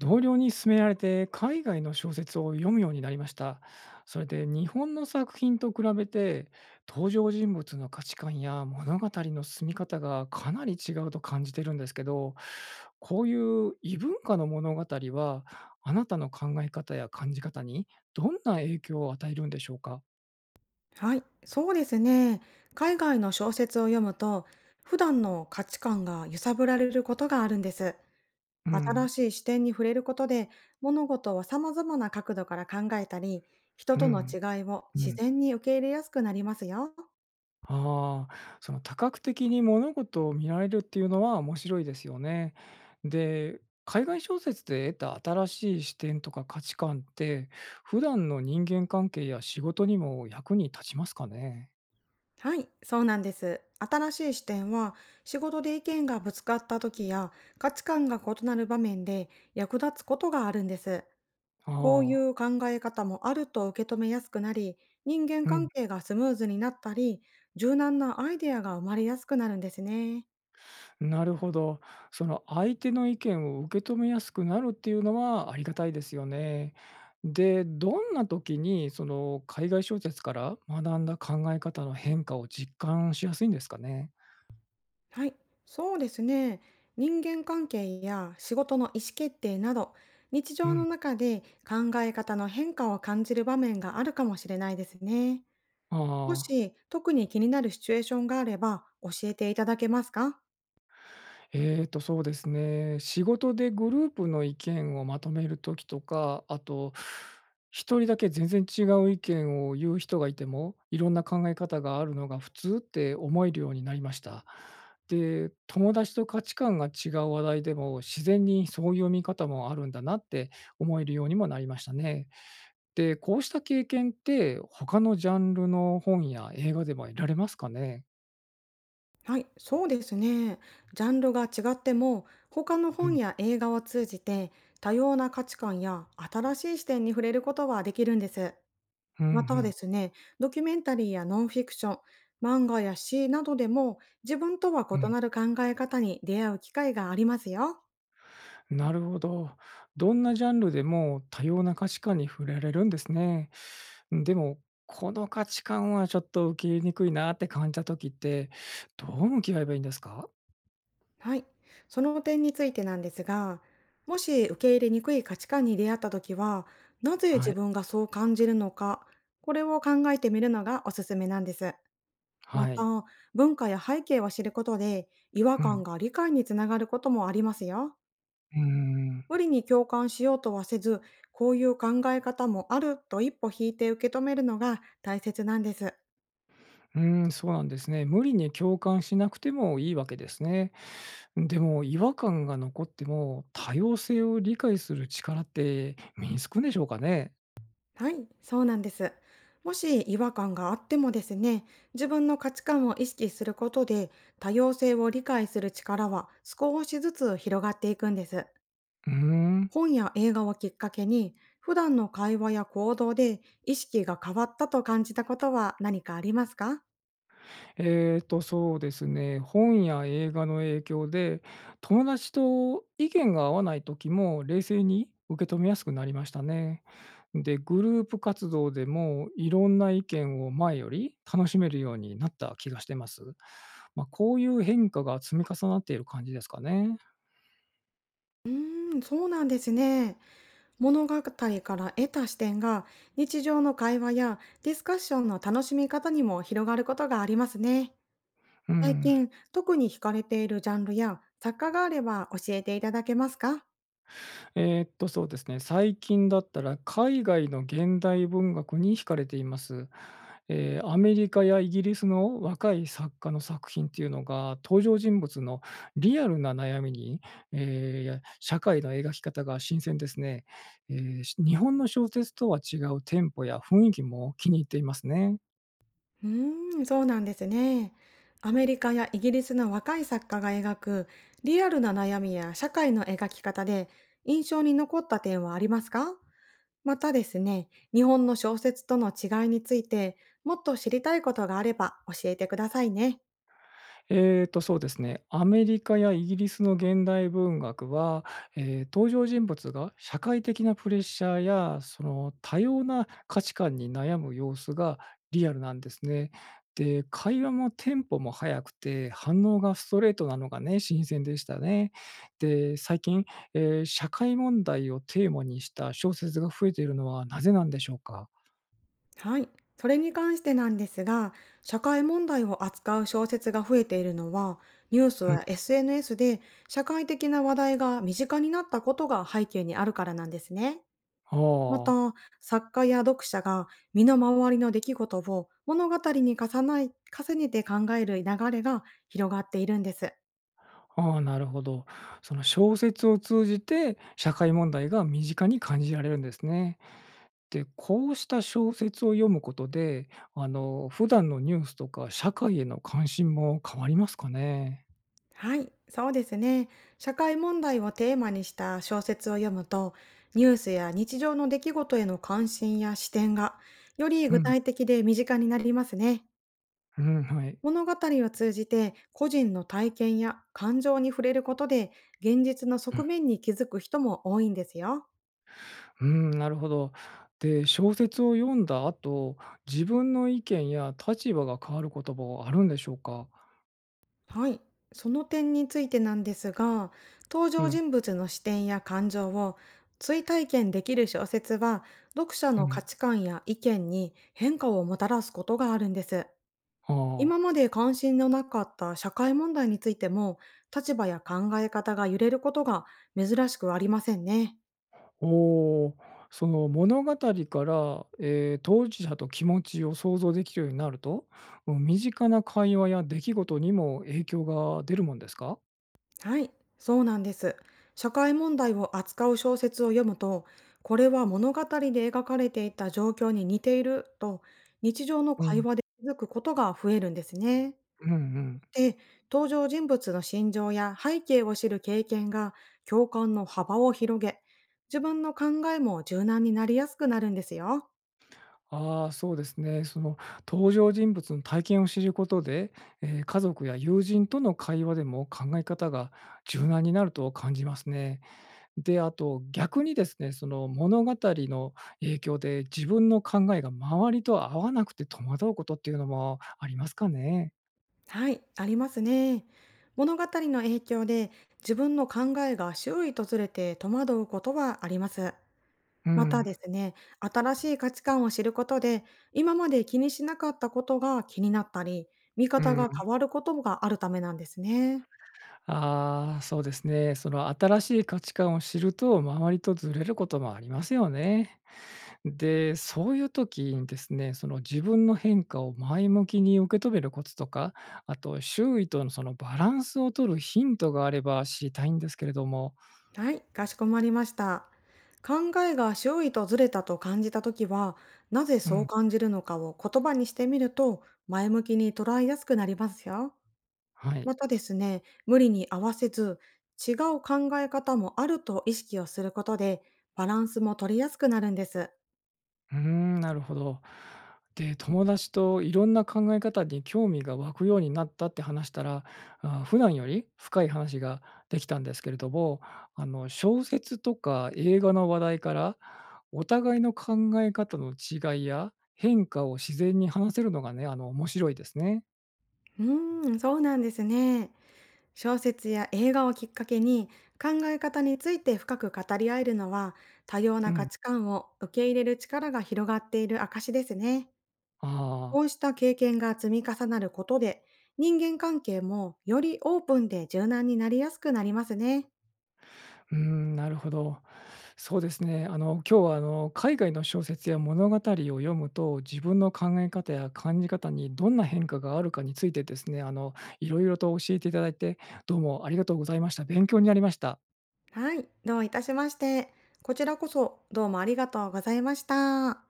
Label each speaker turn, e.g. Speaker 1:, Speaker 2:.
Speaker 1: 同僚に勧められて海外の小説を読むようになりました。それで日本の作品と比べて登場人物の価値観や物語の進み方がかなり違うと感じてるんですけど、こういう異文化の物語はあなたの考え方や感じ方にどんな影響を与えるんでしょうか？
Speaker 2: はい、そうですね。海外の小説を読むと、普段の価値観が揺さぶられることがあるんです。
Speaker 1: う
Speaker 2: 新
Speaker 1: ん、
Speaker 2: しい視点に触れることで、物事を様々な角度から考えたり、人
Speaker 1: う
Speaker 2: との
Speaker 1: ん、
Speaker 2: 違いを
Speaker 1: う
Speaker 2: 自
Speaker 1: ん。
Speaker 2: 然に受け入れやすくなりますよ。
Speaker 1: ああ、その多角的に物事を見られるっていうのは面白いですよね。で、海外小説で得た新しい視点とか価値観って、普段の人間関係や仕事にも役に立ちますかね。
Speaker 2: はい、そうなんです。新しい視点は、仕事で意見がぶつかった時や、価値観が異なる場面で役立つことがあるんです。
Speaker 1: あ
Speaker 2: こうい
Speaker 1: あ、
Speaker 2: う考え方もあると受け止めやすくなり、人間
Speaker 1: うん、
Speaker 2: 関係がスムーズになったり、柔軟なアイデアが生まれやすくなるんですね。
Speaker 1: なるほど。その相手の意見を受け止めやすくなるっていうのはありがたいですよね。で、どんな時にその海外小説から学んだ考え方の変化を実感しやすいんですかね。
Speaker 2: はい、そうですね。人間関係や仕事の意思決定など、日
Speaker 1: う
Speaker 2: 常の
Speaker 1: ん。
Speaker 2: 中で考え方の変化を感じる場面があるかもしれないですね。も
Speaker 1: ああ、
Speaker 2: し特に気になるシチュエーションがあれば教えていただけますか？
Speaker 1: そうですね。仕事でグループの意見をまとめる時とか、あと、一人だけ全然違う意見を言う人がいても、いろんな考え方があるのが普通って思えるようになりました。で、友達と価値観が違う話題でも、自然にそういう見方もあるんだなって思えるようにもなりましたね。で、こうした経験って、他のジャンルの本や映画でも得られますかね？
Speaker 2: はい、そうですね。ジャンルが違っても、他の
Speaker 1: う
Speaker 2: 本
Speaker 1: ん。
Speaker 2: や映画を通じて、多様な価値観や新しい視点に触れることはできるんです。
Speaker 1: うんう
Speaker 2: またで
Speaker 1: ん。
Speaker 2: すね、ドキュメンタリーやノンフィクション、漫画や詩などでも、自分とは
Speaker 1: う
Speaker 2: 異
Speaker 1: ん。
Speaker 2: なる考え方に出会う機会がありますよ。
Speaker 1: なるほど。どんなジャンルでも多様な価値観に触れられるんですね。でも、この価値観はちょっと受け入れにくいなって感じた時って、どう向き合えばいいんですか？
Speaker 2: はい、その点についてなんですが、もし受け入れにくい価値観に出会った時は、なぜ
Speaker 1: は
Speaker 2: 自
Speaker 1: い。
Speaker 2: 分がそう感じるのか、これを考えてみるのがおすすめなんです。ま
Speaker 1: はい。
Speaker 2: た、文化や背景を知ることで、違和
Speaker 1: うん。
Speaker 2: 感が理解につながることもありますよ。
Speaker 1: うーん。
Speaker 2: 無理に共感しようとはせず、こういう考え方もあると一歩引いて受け止めるのが大切なんです。
Speaker 1: うーん、そうなんですね。無理に共感しなくてもいいわけですね。でも、違和感が残っても、多様性を理解する力って身につくんでしょうかね？
Speaker 2: はい、そうなんです。もし違和感があってもですね、自分の価値観を意識することで、多様性を理解する力は少しずつ広がっていくんです。
Speaker 1: うーん。
Speaker 2: 本や映画をきっかけに、普段の会話や行動で意識が変わったと感じたことは何かありますか？
Speaker 1: そうですね、本や映画の影響で、友達と意見が合わない時も冷静に受け止めやすくなりましたね。で、グループ活動でもいろんな意見を前より楽しめるようになった気がしてます。まあ、こういう変化が積み重なっている感じですかね。
Speaker 2: うーん、そうなんですね。物語から得た視点が日常の会話やディスカッションの楽しみ方にも広がることがありますね。
Speaker 1: う
Speaker 2: 最
Speaker 1: ん。
Speaker 2: 近特に惹かれているジャンルや作家があれば教えていただけますか？
Speaker 1: そうですね。最近だったら海外の現代文学に惹かれています。アメリカやイギリスの若い作家の作品っていうのが、登場人物のリアルな悩みに、や社会の描き方が新鮮ですね、し日本の小説とは違うテンポや雰囲気も気に入っていますね。
Speaker 2: うーん、そうなんですね。アメリカやイギリスの若い作家が描くリアルな悩みや社会の描き方で印象に残った点はありますか？またですね、日本の小説との違いについてもっと知りたいことがあれば教えてくださいね。
Speaker 1: そうですね。アメリカやイギリスの現代文学は、登場人物が社会的なプレッシャーや、多様な価値観に悩む様子がリアルなんですね。で、会話もテンポも速くて、反応がストレートなのがね、新鮮でしたね。で、最近、社会問題をテーマにした小説が増えているのはなぜなんでしょうか？
Speaker 2: はい。それに関してなんですが、社会問題を扱う小説が増えているのは、ニュース
Speaker 1: うん、
Speaker 2: や SNS で社会的な話題が身近になったことが背景にあるからなんですね。
Speaker 1: あ
Speaker 2: ま
Speaker 1: あ。
Speaker 2: た、作家や読者が身の回りの出来事を物語に重ない重ねて考える流れが広がっているんです。
Speaker 1: ああ、なるほど。その小説を通じて社会問題が身近に感じられるんですね。で、こうした小説を読むことで、普段のニュースとか社会への関心も変わりますかね？
Speaker 2: はい、そうですね。社会問題をテーマにした小説を読むと、ニュースや日常の出来事への関心や視点が、より
Speaker 1: う
Speaker 2: 具
Speaker 1: ん、
Speaker 2: 体的で身近になりますね。
Speaker 1: うん、はい。
Speaker 2: 物語を通じて個人の体験や感情に触れることで、現実の側
Speaker 1: う
Speaker 2: 面に気づく人も多いんですよ。
Speaker 1: ん、なるほど。で、小説を読んだ後、自分の意見や立場が変わることもあるんでしょうか？
Speaker 2: はい、その点についてなんですが、登
Speaker 1: う
Speaker 2: 場
Speaker 1: ん、
Speaker 2: 人物の視点や感情を追体験できる小説は、読者
Speaker 1: う
Speaker 2: の
Speaker 1: ん、
Speaker 2: 価
Speaker 1: あ
Speaker 2: 値観や意見に変化をもたらすことがあるんです。今
Speaker 1: あ。
Speaker 2: まで関心のなかった社会問題についても、立場や考え方が揺れることが珍しくありませんね。
Speaker 1: おお、その物語から、当事者と気持ちを想像できるようになると、うん、身近な会話や出来事にも影響が出るもんですか？
Speaker 2: はい、そうなんです。社会問題を扱う小説を読むと、これは物語で描かれていた状況に似ていると、日常の
Speaker 1: う
Speaker 2: 会
Speaker 1: ん、
Speaker 2: 話で気づくことが増えるんですね。
Speaker 1: うんうん。
Speaker 2: で、登場人物の心情や背景を知る経験が共感の幅を広げ、自分の考えも柔軟になりやすくなるんですよ。
Speaker 1: ああ、そうですね。その登場人物の体験を知ることで、家族や友人との会話でも考え方が柔軟になると感じますね。で、あと逆にですね、その物語の影響で自分の考えが周りと合わなくて戸惑うことっていうのもありますかね？
Speaker 2: はい、ありますね。物語の影響で自分の考えが周囲とずれて戸惑うことはあります。
Speaker 1: う
Speaker 2: また
Speaker 1: ん、
Speaker 2: ですね、新しい価値観を知ることで、今まで気にしなかったことが気になったり、見
Speaker 1: う
Speaker 2: 方が
Speaker 1: ん。
Speaker 2: 変わることがあるためなんですね。
Speaker 1: ああ、そうですね。その新しい価値観を知ると周りとずれることもありますよね。で、そういう時にですね、その自分の変化を前向きに受け止めるコツとか、あと周囲とのバランスを取るヒントがあれば知りたいんですけれども。
Speaker 2: はい、かしこまりました。考えが周囲とずれたと感じたときは、なぜ
Speaker 1: う
Speaker 2: そう
Speaker 1: ん、
Speaker 2: 感じるのかを言葉にしてみると、前向きに捉えやすくなりますよ。
Speaker 1: はい。
Speaker 2: またですね、無理に合わせず、違う考え方もあると意識をすることで、バランスも取りやすくなるんです。
Speaker 1: うーん、なるほど。で、友達といろんな考え方に興味が湧くようになったって話したら、あ、普段より深い話ができたんですけれども、小説とか映画の話題から、お互いの考え方の違いや変化を自然に話せるのがね、面白いですね。
Speaker 2: うーん、そうなんですね。小説や映画をきっかけに考え方について深く語り合えるのは多様
Speaker 1: う
Speaker 2: な価
Speaker 1: ん。
Speaker 2: 値観を受け入れる力が広がっている証ですね。こ
Speaker 1: あ
Speaker 2: う
Speaker 1: あ、
Speaker 2: した経験が積み重なることで人間関係もよりオープンで柔軟になりやすくなりますね。
Speaker 1: うーん、なるほど。そうですね。今日は海外の小説や物語を読むと、自分の考え方や感じ方にどんな変化があるかについてですね、いろいろと教えていただいて、どうもありがとうございました。勉強になりました。
Speaker 2: はい、どういたしまして。こちらこそどうもありがとうございました。